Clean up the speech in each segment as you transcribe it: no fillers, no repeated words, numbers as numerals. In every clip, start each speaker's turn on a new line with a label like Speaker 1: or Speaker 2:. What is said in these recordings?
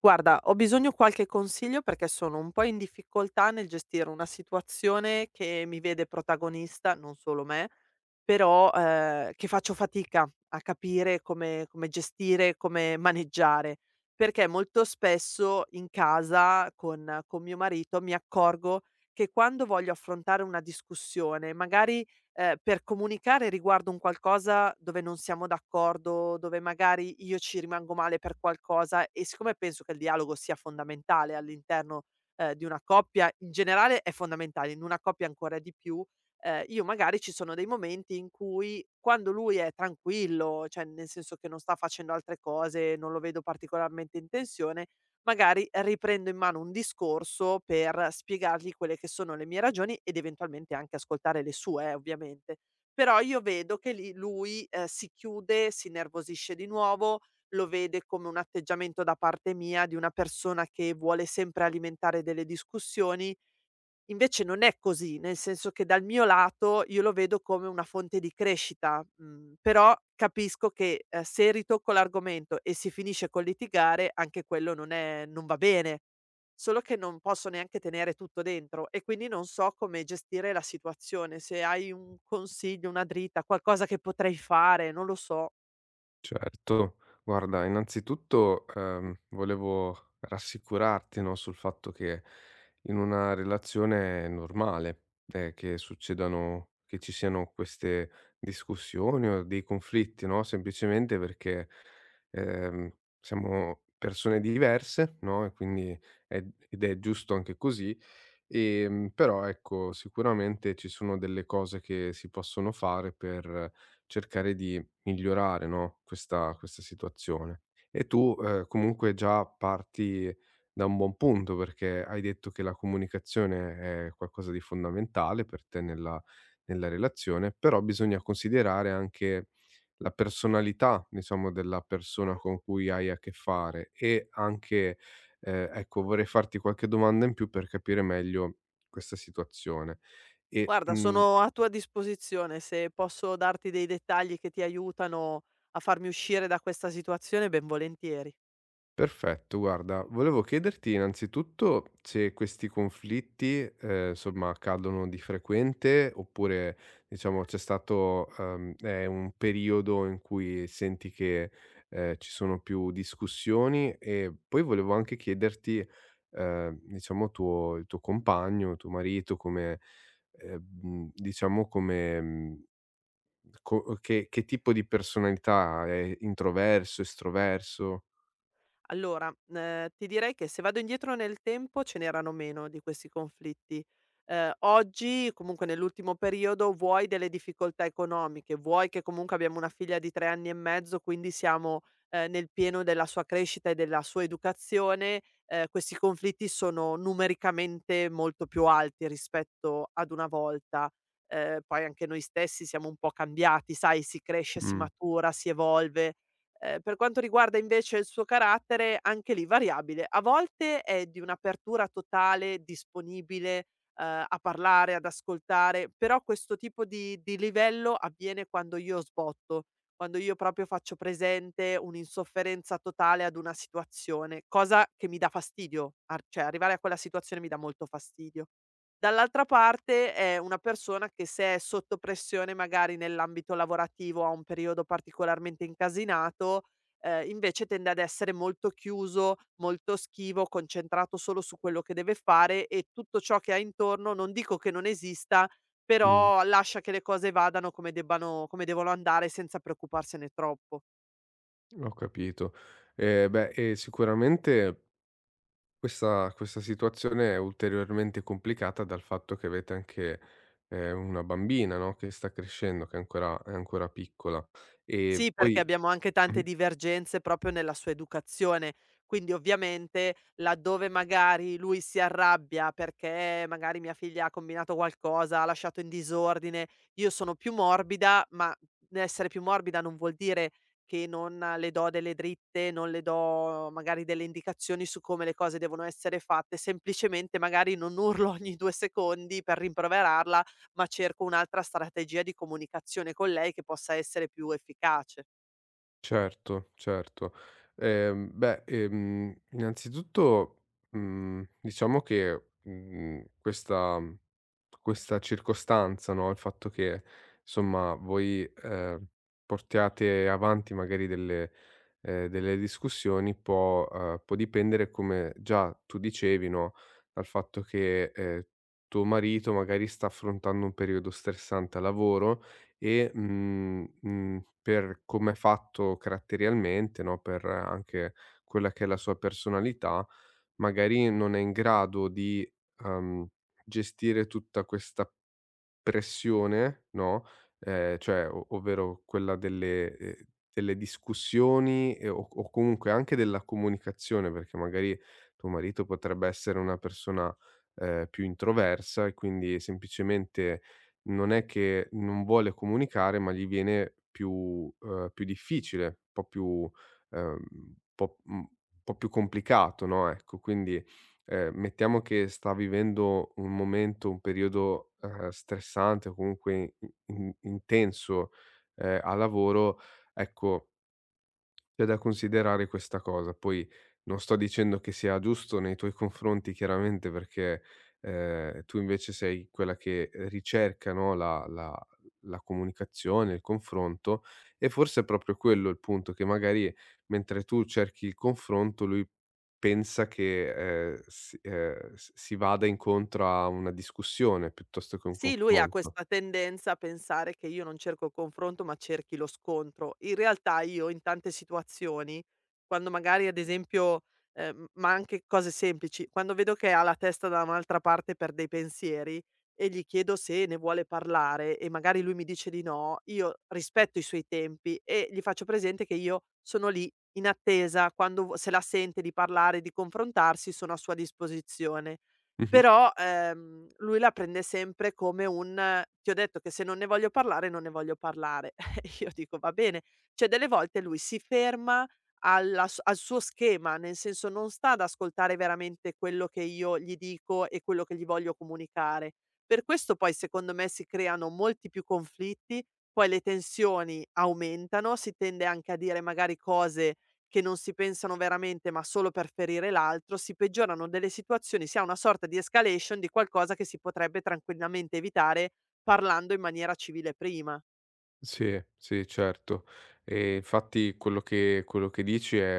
Speaker 1: Guarda, ho bisogno qualche consiglio perché sono un po' in difficoltà nel gestire una situazione che mi vede protagonista, non solo me, però che faccio fatica a capire come gestire, come maneggiare, perché molto spesso in casa con mio marito mi accorgo che quando voglio affrontare una discussione, magari per comunicare riguardo un qualcosa dove non siamo d'accordo, dove magari io ci rimango male per qualcosa, e siccome penso che il dialogo sia fondamentale all'interno, di una coppia, in generale è fondamentale, in una coppia ancora di più, io magari ci sono dei momenti in cui quando lui è tranquillo, cioè nel senso che non sta facendo altre cose, non lo vedo particolarmente in tensione, magari riprendo in mano un discorso per spiegargli quelle che sono le mie ragioni ed eventualmente anche ascoltare le sue, ovviamente. Però io vedo che lì lui, si chiude, si innervosisce di nuovo, lo vede come un atteggiamento da parte mia di una persona che vuole sempre alimentare delle discussioni. Invece non è così, nel senso che dal mio lato io lo vedo come una fonte di crescita, però capisco che, se ritocco l'argomento e si finisce col litigare anche quello non va bene. Solo che non posso neanche tenere tutto dentro e quindi non so come gestire la situazione. Se hai un consiglio, una dritta, qualcosa che potrei fare, non lo so.
Speaker 2: Certo, guarda, innanzitutto, volevo rassicurarti, no, sul fatto che in una relazione è normale, che succedano, che ci siano queste discussioni o dei conflitti, no, semplicemente perché, siamo persone diverse, no, e quindi è ed è giusto anche così. Però ecco, sicuramente ci sono delle cose che si possono fare per cercare di migliorare, no, questa situazione. E tu, comunque già parti da un buon punto, perché hai detto che la comunicazione è qualcosa di fondamentale per te nella relazione, però bisogna considerare anche la personalità, diciamo, della persona con cui hai a che fare e anche ecco, vorrei farti qualche domanda in più per capire meglio questa situazione. E,
Speaker 1: Guarda,
Speaker 2: mhmm,
Speaker 1: sono a tua disposizione, se posso darti dei dettagli che ti aiutano a farmi uscire da questa situazione, ben volentieri.
Speaker 2: Perfetto, guarda, volevo chiederti innanzitutto se questi conflitti, insomma, accadono di frequente oppure, diciamo, c'è stato è un periodo in cui senti che, ci sono più discussioni. E poi volevo anche chiederti, diciamo tuo compagno, tuo marito come diciamo come mhmm, co che tipo di personalità ha? È introverso, estroverso?
Speaker 1: Allora, ti direi che se vado indietro nel tempo ce n'erano meno di questi conflitti. Oggi comunque nell'ultimo periodo, vuoi delle difficoltà economiche, vuoi che comunque abbiamo una figlia di 3 anni e mezzo, quindi siamo, nel pieno della sua crescita e della sua educazione, questi conflitti sono numericamente molto più alti rispetto ad una volta. Poi anche noi stessi siamo un po' cambiati, sai, si cresce, si
Speaker 2: Mh,
Speaker 1: matura, si evolve. Per quanto riguarda invece il suo carattere, anche lì variabile. A volte è di un'apertura totale, disponibile, a parlare, ad ascoltare, però questo tipo di livello avviene quando io sbotto, quando io proprio faccio presente un'insofferenza totale ad una situazione, cosa che mi dà fastidio, ar cioè arrivare a quella situazione mi dà molto fastidio. Dall'altra parte è una persona che, se è sotto pressione magari nell'ambito lavorativo, ha un periodo particolarmente incasinato, invece tende ad essere molto chiuso, molto schivo, concentrato solo su quello che deve fare, e tutto ciò che ha intorno non dico che non esista,
Speaker 2: mh.
Speaker 1: però lascia che le cose vadano come debbano come devono andare senza preoccuparsene troppo.
Speaker 2: Ho capito. Beh, e sicuramente questa situazione è ulteriormente complicata dal fatto che avete anche, una bambina, no, che sta crescendo, che è ancora piccola. E
Speaker 1: Sì, perché
Speaker 2: poi
Speaker 1: abbiamo anche tante
Speaker 2: mh-mh.
Speaker 1: divergenze proprio nella sua educazione. Quindi ovviamente laddove magari lui si arrabbia perché magari mia figlia ha combinato qualcosa, ha lasciato in disordine, io sono più morbida, ma essere più morbida non vuol dire che non le do delle dritte, non le do magari delle indicazioni su come le cose devono essere fatte, semplicemente magari non urlo ogni 2 secondi per rimproverarla, ma cerco un'altra strategia di comunicazione con lei che possa essere più efficace.
Speaker 2: Certo, certo. Innanzitutto, diciamo che, questa circostanza, no, il fatto che insomma voi, portiate avanti magari delle delle discussioni può dipendere, come già tu dicevi, no, dal fatto che, tuo marito magari sta affrontando un periodo stressante al lavoro e, per come è fatto caratterialmente, no, per anche quella che è la sua personalità, magari non è in grado di, uhm, gestire tutta questa pressione, no, cioè o ovvero quella delle delle discussioni o comunque anche della comunicazione, perché magari tuo marito potrebbe essere una persona, più introversa e quindi semplicemente non è che non vuole comunicare, ma gli viene più difficile, un po' più un po' un po' più complicato, no, ecco. Quindi mettiamo che sta vivendo un momento, un periodo, stressante o comunque i in intenso, a lavoro, ecco c'è da considerare questa cosa. Poi non sto dicendo che sia giusto nei tuoi confronti chiaramente perché, tu invece sei quella che ricerca, no, la comunicazione, il confronto e forse è proprio quello il punto, che magari mentre tu cerchi il confronto lui pensa che, si vada incontro a una discussione piuttosto che un
Speaker 1: Sì, lui ha
Speaker 2: confronto.
Speaker 1: questa tendenza a pensare che io non cerco il confronto, ma cerchi lo scontro. In realtà io in tante situazioni, quando magari ad esempio, ma anche cose semplici, quando vedo che ha la testa da un'altra parte per dei pensieri e gli chiedo se ne vuole parlare e magari lui mi dice di no, io rispetto i suoi tempi e gli faccio presente che io sono lì in attesa, quando se la sente di parlare, di confrontarsi, sono a sua disposizione.
Speaker 2: Mh-mh.
Speaker 1: Però, lui la prende sempre come un: "Ti ho detto che se non ne voglio parlare, non ne voglio parlare". E io dico: "Va bene". Cioè delle volte lui si ferma alla s al suo schema, nel senso non sta ad ascoltare veramente quello che io gli dico e quello che gli voglio comunicare. Per questo poi secondo me si creano molti più conflitti, poi le tensioni aumentano, si tende anche a dire magari cose che non si pensano veramente, ma solo per ferire l'altro, si peggiorano delle situazioni, si ha una sorta di escalation di qualcosa che si potrebbe tranquillamente evitare parlando in maniera civile prima.
Speaker 2: Sì, sì certo. E infatti quello che dici è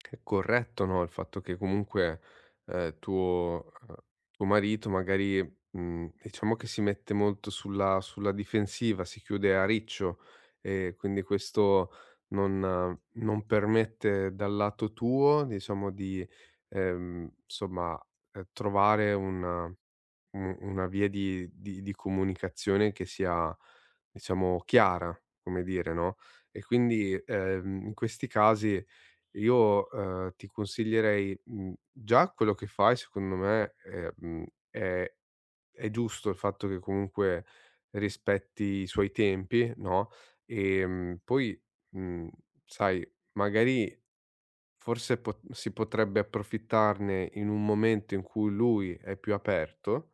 Speaker 2: È corretto, no, il fatto che comunque, ehm, tuo uhm, tuo marito magari, diciamo che si mette molto sulla difensiva, si chiude a riccio e quindi questo non non permette dal lato tuo, diciamo di, insomma, trovare una via di comunicazione che sia, diciamo, chiara, come dire, no, e quindi, in questi casi io, ti consiglierei, già quello che fai secondo me, è giusto il fatto che comunque rispetti i suoi tempi, no, ehm, poi, mhmm, sai, magari forse pot si potrebbe approfittarne in un momento in cui lui è più aperto,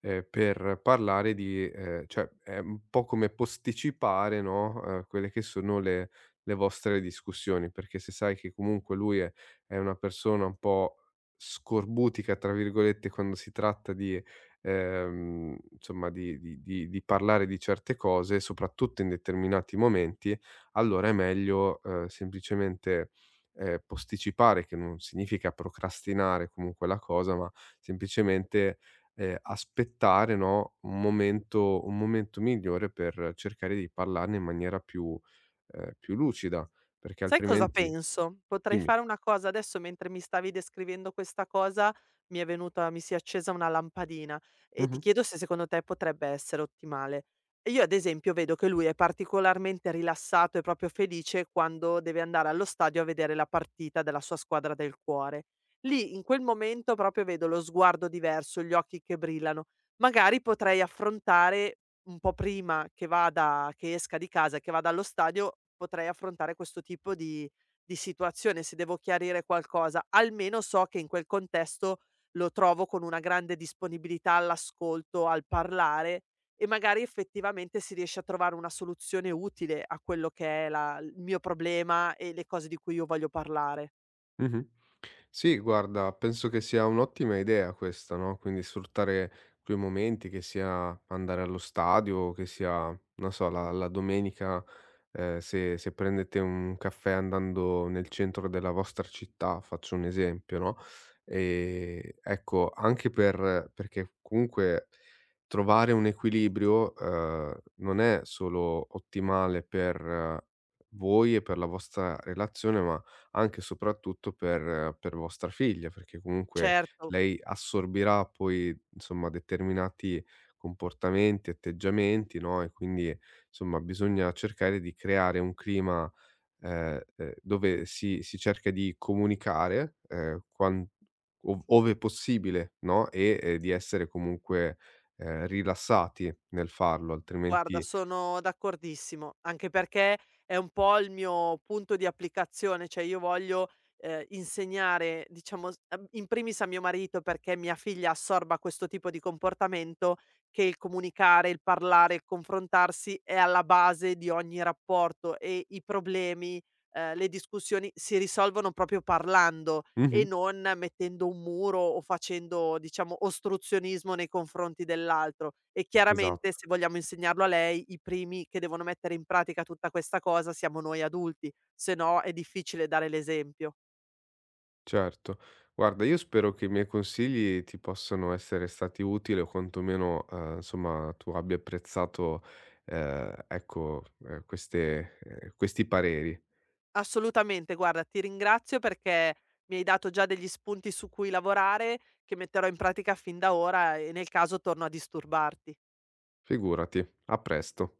Speaker 2: per parlare di cioè è un po' come posticipare, no, quelle che sono le vostre discussioni, perché se sai che comunque lui è una persona un po' "scorbutica" tra virgolette, quando si tratta di insomma di parlare di certe cose, soprattutto in determinati momenti, allora è meglio, semplicemente, posticipare, che non significa procrastinare comunque la cosa, ma semplicemente aspettare, no, un momento migliore per cercare di parlarne in maniera più più lucida, perché
Speaker 1: Sai cosa
Speaker 2: altrimenti
Speaker 1: penso? Potrei
Speaker 2: dimmi.
Speaker 1: fare una cosa. Adesso, mentre mi stavi descrivendo questa cosa, mi si è accesa una lampadina e ti
Speaker 2: Mh-mh.
Speaker 1: chiedo se secondo te potrebbe essere ottimale. E Io ad esempio vedo che lui è particolarmente rilassato e proprio felice quando deve andare allo stadio a vedere la partita della sua squadra del cuore. Lì in quel momento proprio vedo lo sguardo diverso, gli occhi che brillano. Magari potrei affrontare un po' prima che vada, che esca di casa e che vada allo stadio, potrei affrontare questo tipo di situazione, se devo chiarire qualcosa. Almeno so che in quel contesto lo trovo con una grande disponibilità all'ascolto, al parlare, e magari effettivamente si riesce a trovare una soluzione utile a quello che è la il mio problema e le cose di cui io voglio parlare.
Speaker 2: Mh-mh. Sì, guarda, penso che sia un'ottima idea questa, no, quindi sfruttare quei momenti, che sia andare allo stadio, che sia, non so, la domenica, se prendete un caffè andando nel centro della vostra città, faccio un esempio, no, ecco, anche per perché comunque trovare un equilibrio, non è solo ottimale per voi e per la vostra relazione, ma anche e soprattutto per vostra figlia, perché comunque
Speaker 1: Certo.
Speaker 2: lei assorbirà poi, insomma, determinati comportamenti, atteggiamenti, no, e quindi, insomma, bisogna cercare di creare un clima, dove si cerca di comunicare, quan ov ove possibile, no, e, di essere comunque, rilassati nel farlo,
Speaker 1: Guarda,
Speaker 2: altrimenti
Speaker 1: sono d'accordissimo, anche perché è un po' il mio punto di applicazione, cioè io voglio, insegnare, diciamo, s in primis a mio marito, perché mia figlia assorba questo tipo di comportamento, che il comunicare, il parlare, il confrontarsi è alla base di ogni rapporto, e i problemi, le discussioni si risolvono proprio parlando e
Speaker 2: mh-mh,
Speaker 1: non mettendo un muro o facendo, diciamo, ostruzionismo nei confronti dell'altro. E
Speaker 2: esa
Speaker 1: chiaramente, se vogliamo insegnarlo a lei, i primi che devono mettere in pratica tutta questa cosa siamo noi adulti, se no è difficile dare l'esempio.
Speaker 2: certo. Guarda, io spero che i miei consigli ti possano essere stati utili o quantomeno, insomma, tu abbia apprezzato, ecco, queste questi pareri.
Speaker 1: Assolutamente, guarda, ti ringrazio perché mi hai dato già degli spunti su cui lavorare, che metterò in pratica fin da ora, e nel caso torno a disturbarti.
Speaker 2: Figurati. A presto.